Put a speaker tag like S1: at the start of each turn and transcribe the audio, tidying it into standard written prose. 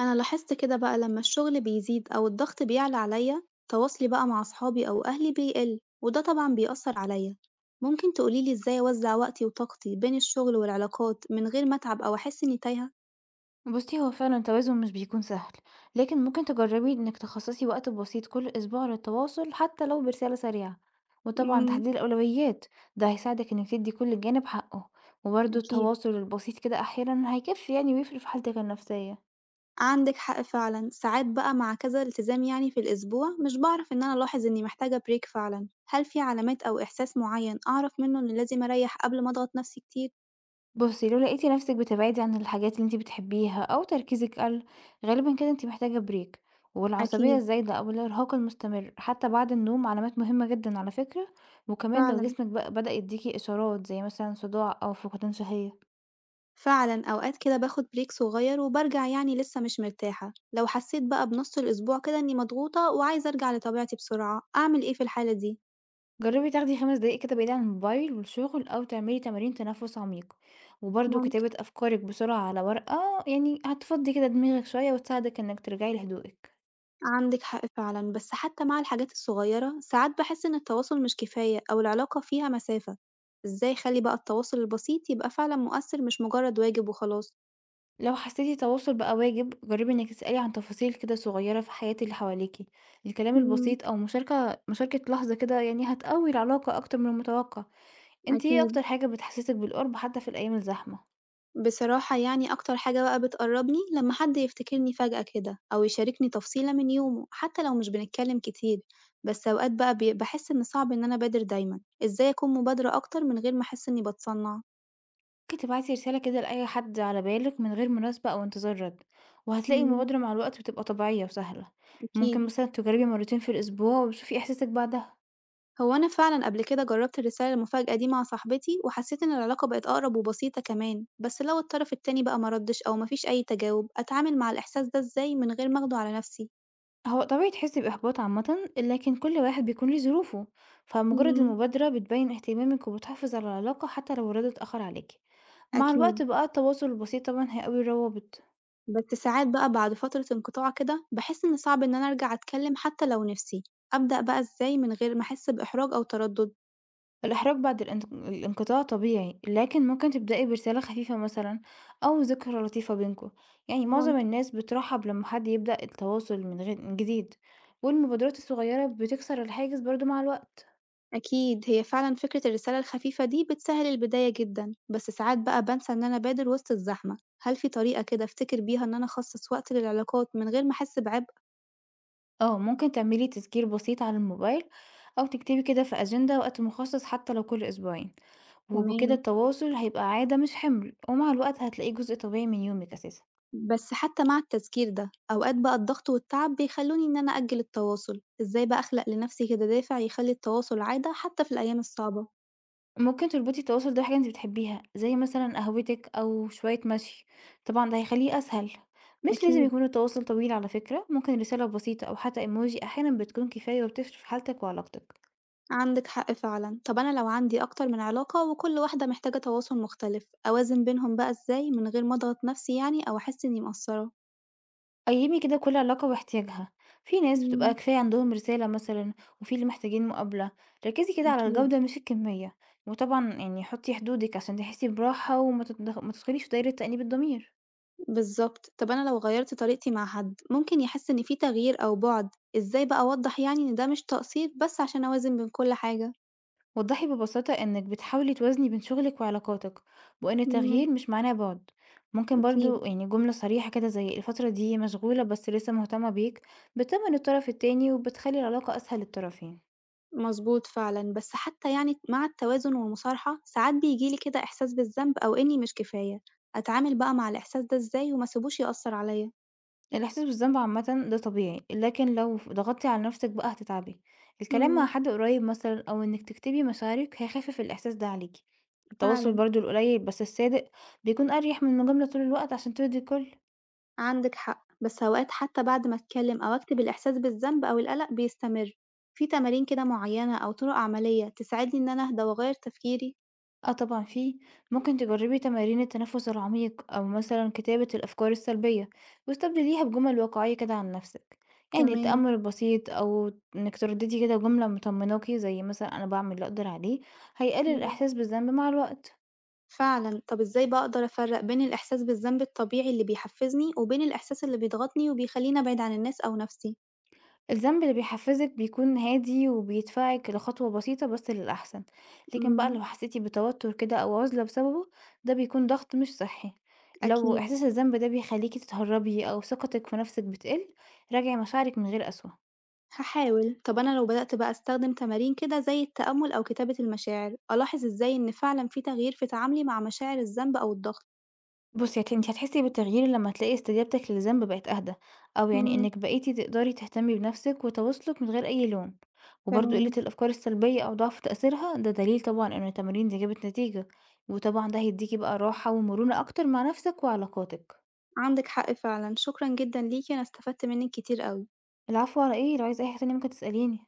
S1: أنا لاحظت كده بقى لما الشغل بيزيد أو الضغط بيعلى عليا، تواصلي بقى مع صحابي أو أهلي بيقل وده طبعا بيأثر عليا. ممكن تقوليلي إزاي أوزع وقتي وطاقتي بين الشغل والعلاقات من غير ما أتعب أو أحس إني تايهة؟
S2: بُصّي، هو فعلًا التوازن مش بيكون سهل، لكن ممكن تجربي إنِك تخصصي وقت بسيط كل أسبوع للتواصل حتى لو برسالة سريعة، وطبعًا
S1: امم.
S2: تحديد الأولويات ده هيساعدِك إنِك تدّي كل جانب حقه، وبرضه
S1: أكيد،
S2: التواصل البسيط كده أحيانًا هيكفي يعني ويفرق في حالتِك النفسية.
S1: عندك حق فعلا. ساعات بقى مع كذا التزام يعني في الأسبوع مش بعرف إن أنا ألاحظ إني محتاجة بريك فعلا، هل في علامات أو إحساس معين أعرف منه إني لازم أريح قبل ما أضغط نفسي كتير؟
S2: بُصّي، لو لقيتِ نفسِك بتبعدي عن الحاجات اللي أنتِ بتحبيها أو تركيزِك قَل، غالبًا كده أنتِ محتاجة break والعصبية
S1: أكيد.
S2: الزايدة أو الإرهاق المستمر حتى بعد النوم علامات مهمة جدًا على فكرة، وكمان لو
S1: فعلا،
S2: جسمِك بقى بدأ يدّيكِ إشارات زي مثلًا صداع أو فقدان شهية،
S1: فعلًا أوقات كده باخد بريك صغير وبارجع يعني لسه مش مرتاحة، لو حسيت بقى بنص الأسبوع كده إني مضغوطة وعايزة أرجع لطبيعتي بسرعة، أعمل إيه في الحالة دي؟
S2: جرّبي تاخدي 5 دقايق كده بعيد عن الموبايل والشغل أو تعملي تمارين تنفس عميق، وبرضه
S1: ممكن.
S2: كتابة أفكارِك بسرعة على ورقة يعني هتفضّي كده دماغِك شوية وتساعدِك إنِّك ترجعي لهدوئِك.
S1: عندك حق فعلًا، بس حتى مع الحاجات الصغيرة ساعات باحس إن التواصل مش كفاية أو العلاقة فيها مسافة، إزاي أخلي بقى التواصل البسيط يبقى فعلًا مؤثر مش مجرد واجب وخلاص؟
S2: لو حسيتي التواصل بقى واجب جربي انك تسألي عن تفاصيل كده صغيرة في حياة اللي حواليكي، الكلام
S1: إمم.
S2: البسيط او مشاركة لحظة كده يعني هتقوي العلاقة اكتر من المتوقع. انتي ايه
S1: أكيد.
S2: اكتر حاجة بتحسسك بالقرب حتى في الايام الزحمة؟
S1: بصراحة يعني أكتر حاجة بقى بتقربني لما حد يفتكرني فجأة كده أو يشاركني تفصيلة من يومه حتى لو مش بنتكلم كتير. بس أوقات بقى بحس إن صعب إن أنا أبادر دايما، إزاي أكون مبادرة أكتر من غير ما أحس إني بتصنع؟
S2: ممكن تبعتي رسالة كده لأي حد على بالك من غير مناسبة او انتظار رد، وهتلاقي
S1: مم،
S2: المبادرة مع الوقت بتبقى طبيعية وسهلة.
S1: أكيد.
S2: ممكن مثلا تجربي مرتين في الاسبوع وتشوفي احساسك بعدها.
S1: هو أنا فعلا قبل كده جربت الرسالة المفاجئة دي مع صاحبتي وحسيت إن العلاقة بقت أقرب وبسيطة كمان، بس لو الطرف التاني بقى مردش أو مفيش أي تجاوب أتعامل مع الإحساس ده إزاي من غير ما أخده على نفسي؟
S2: هو طبيعي تحسي بإحباط عامة، لكن كل واحد بيكون ليه ظروفه، فمجرد
S1: مم،
S2: المبادرة بتبين اهتمامك وبتحافظ على العلاقة حتى لو الرد اتأخر عليكي. مع الوقت
S1: أكيد.
S2: بقى التواصل البسيط طبعا هيقوي الروابط.
S1: بس ساعات بقى بعد فترة انقطاع كده باحس إن صعب إن أنا أرجع أتكلم حتى لو نفسي، أبدأ بقى إزاي من غير ما أحس بإحراج أو تردد؟
S2: الإحراج بعد الانقطاع طبيعي، لكن ممكن تبدأي برسالة خفيفة مثلا أو ذكرى لطيفة بينكوا، يعني معظم
S1: ممكن.
S2: الناس بترحب لما حد يبدأ التواصل من غير من جديد، والمبادرات الصغيرة بتكسر الحاجز برضو مع الوقت.
S1: أكيد، هي فعلًا فكرة الرسالة الخفيفة دي بتسهل البداية جدًا، بس ساعات بقى بانسى إن أنا أبادر وسط الزحمة، هل في طريقة كده أفتكر بيها إن أنا أخصص وقت للعلاقات من غير ما أحس بعبء؟
S2: آه، ممكن تعملي تذكير بسيط على الموبايل أو تكتبي كده في أجندة وقت مخصص حتى لو كل أسبوعين، وبكده
S1: تمام.
S2: التواصل هيبقى عادة مش حمل، ومع الوقت هتلاقيه جزء طبيعي من يومك أساسا.
S1: بس حتى مع التذكير ده أوقات بقى الضغط والتعب بيخلوني إن أنا أأجل التواصل، إزاي بقى أخلق لنفسي كده دافع يخلي التواصل عادة حتى في الأيام الصعبة؟
S2: ممكن تربطي التواصل ده بحاجة انت بتحبيها زي مثلا قهوتك أو شوية مشي، طبعا ده هيخليه أسهل. مش لازم
S1: أكيد.
S2: يكون التواصل طويل على فكرة، ممكن رسالة بسيطة أو حتى ايموجي أحيانا بتكون كفاية وبتفرق في حالتك وعلاقتك.
S1: عندِك حق فعلًا. طب أنا لو عندي أكتر من علاقة وكل واحدة محتاجة تواصل مختلف، أوازن بينهم بقى إزاي من غير ما أضغط نفسي يعني أو أحس إني مقصّرة؟
S2: قيّمي كده كل علاقة واحتياجها، في ناس بتبقى
S1: إمم،
S2: كفاية عندهم رسالة مثلًا، وفي اللي محتاجين مقابلة، ركّزي كده على
S1: أكيد،
S2: الجودة مش الكمية، وطبعًا يعني حُطّي حدودِك عشان تحسّي براحة وما تتدخ ما تدخليش في دايرة تأنيب الضمير،
S1: بالضبط. طب أنا لو غيّرت طريقتي مع حد، ممكن يحس إن في تغيير أو بُعد، إزاي بقى أوضّح يعني إن ده مش تقصير بس عشان أوازن بين كل حاجة؟
S2: وضّحي ببساطة إنِّك بتحاولي توازني بين شغلِك وعلاقاتِك، وإن
S1: إمم،
S2: التغيير مش معناه بُعد، ممكن
S1: أكيد،
S2: برضه يعني جملة صريحة كده زي الفترة دي مشغولة بس لسه مهتمة بيك، بتطمّن الطرف التاني وبتخلّي العلاقة أسهل للطرفين.
S1: مضبوط فعلًا. بس حتى يعني مع التوازن والمصارحة، ساعات بييجي لي كده إحساس بالذنب أو إني مش كفاية، أتعامل بقى مع الإحساس ده إزاي وما أسيبوش يأثّر عليّا؟
S2: الإحساس بالذنب عامةً ده طبيعي، لكن لو ضغطتِ على نفسِك بقى هتتعبي. الكلام مع
S1: إمم.
S2: حد قريب مثلًا أو إنِك تكتبي مشاعرِك هيخفف الإحساس ده عليكِ. التواصل
S1: فعلًا،
S2: برضه القليل بس الصادق بيكون أريح من المجاملة طول الوقت عشان ترضي الكل.
S1: عندِك حق، بس أوقات حتى بعد ما أتكلم أو أكتب الإحساس بالذنب أو القلق بيستمر، في تمارين كده معينة أو طرق عملية تساعدني إن أنا أهدى وأغير تفكيري؟
S2: آه طبعًا في، ممكن تجربي تمارين التنفس العميق أو مثلًا كتابة الأفكار السلبية واستبدليها بجمل واقعية كده عن نفسِك. يعني
S1: تمام.
S2: التأمل البسيط أو إنِك ترددي كده جملة مطمناكِ زي مثلًا أنا باعمل اللي أقدر عليه، هيقلل
S1: إمم،
S2: الإحساس بالذنب مع الوقت.
S1: فعلًا. طب إزاي بأقدر أفرق بين الإحساس بالذنب الطبيعي اللي بيحفزني وبين الإحساس اللي بيضغطني وبيخليني أبعد عن الناس أو نفسي؟
S2: الذنب اللي بيحفزِك بيكون هادي وبيدفعِك لخطوة بسيطة بس للأحسن، لكن بقى
S1: إمم،
S2: لو حسيتِ بتوتر كده أو عُزلة بسببه، ده بيكون ضغط مش صحّي. لو
S1: أكيد،
S2: إحساس الذنب ده بيخلّيكِ تتهرّبي أو ثقتِك في نفسِك بتقل، راجعي مشاعرِك من غير قسوة.
S1: هاحاول. طب أنا لو بدأت بقى أستخدم تمارين كده زي التأمل أو كتابة المشاعر، ألاحظ إزاي إن فعلًا في تغيير في تعاملي مع مشاعر الذنب أو الضغط؟
S2: بُصّي، أنتِ هتحسّي بالتغيير لمّا تلاقي استجابتِك للذنب بقت أهدى، أو يعني
S1: إمم،
S2: إنِّك بقيتِ تقدري تهتمي بنفسِك وتواصلِك من غير أي لوم، وبرضه قلة
S1: تمام.
S2: الأفكار السلبية أو ضعف تأثيرها ده دليل طبعًا إن التمارين دي جابت نتيجة، وطبعًا ده هيدّيكِ بقى راحة ومرونة أكتر مع نفسِك وعلاقاتِك.
S1: عندِك حق فعلًا، شكرًا جدًا ليكِ، أنا استفدت منِّك كتير أوي.
S2: العفو على إيه، لو عايزة أي حاجة تانية ممكن تسأليني.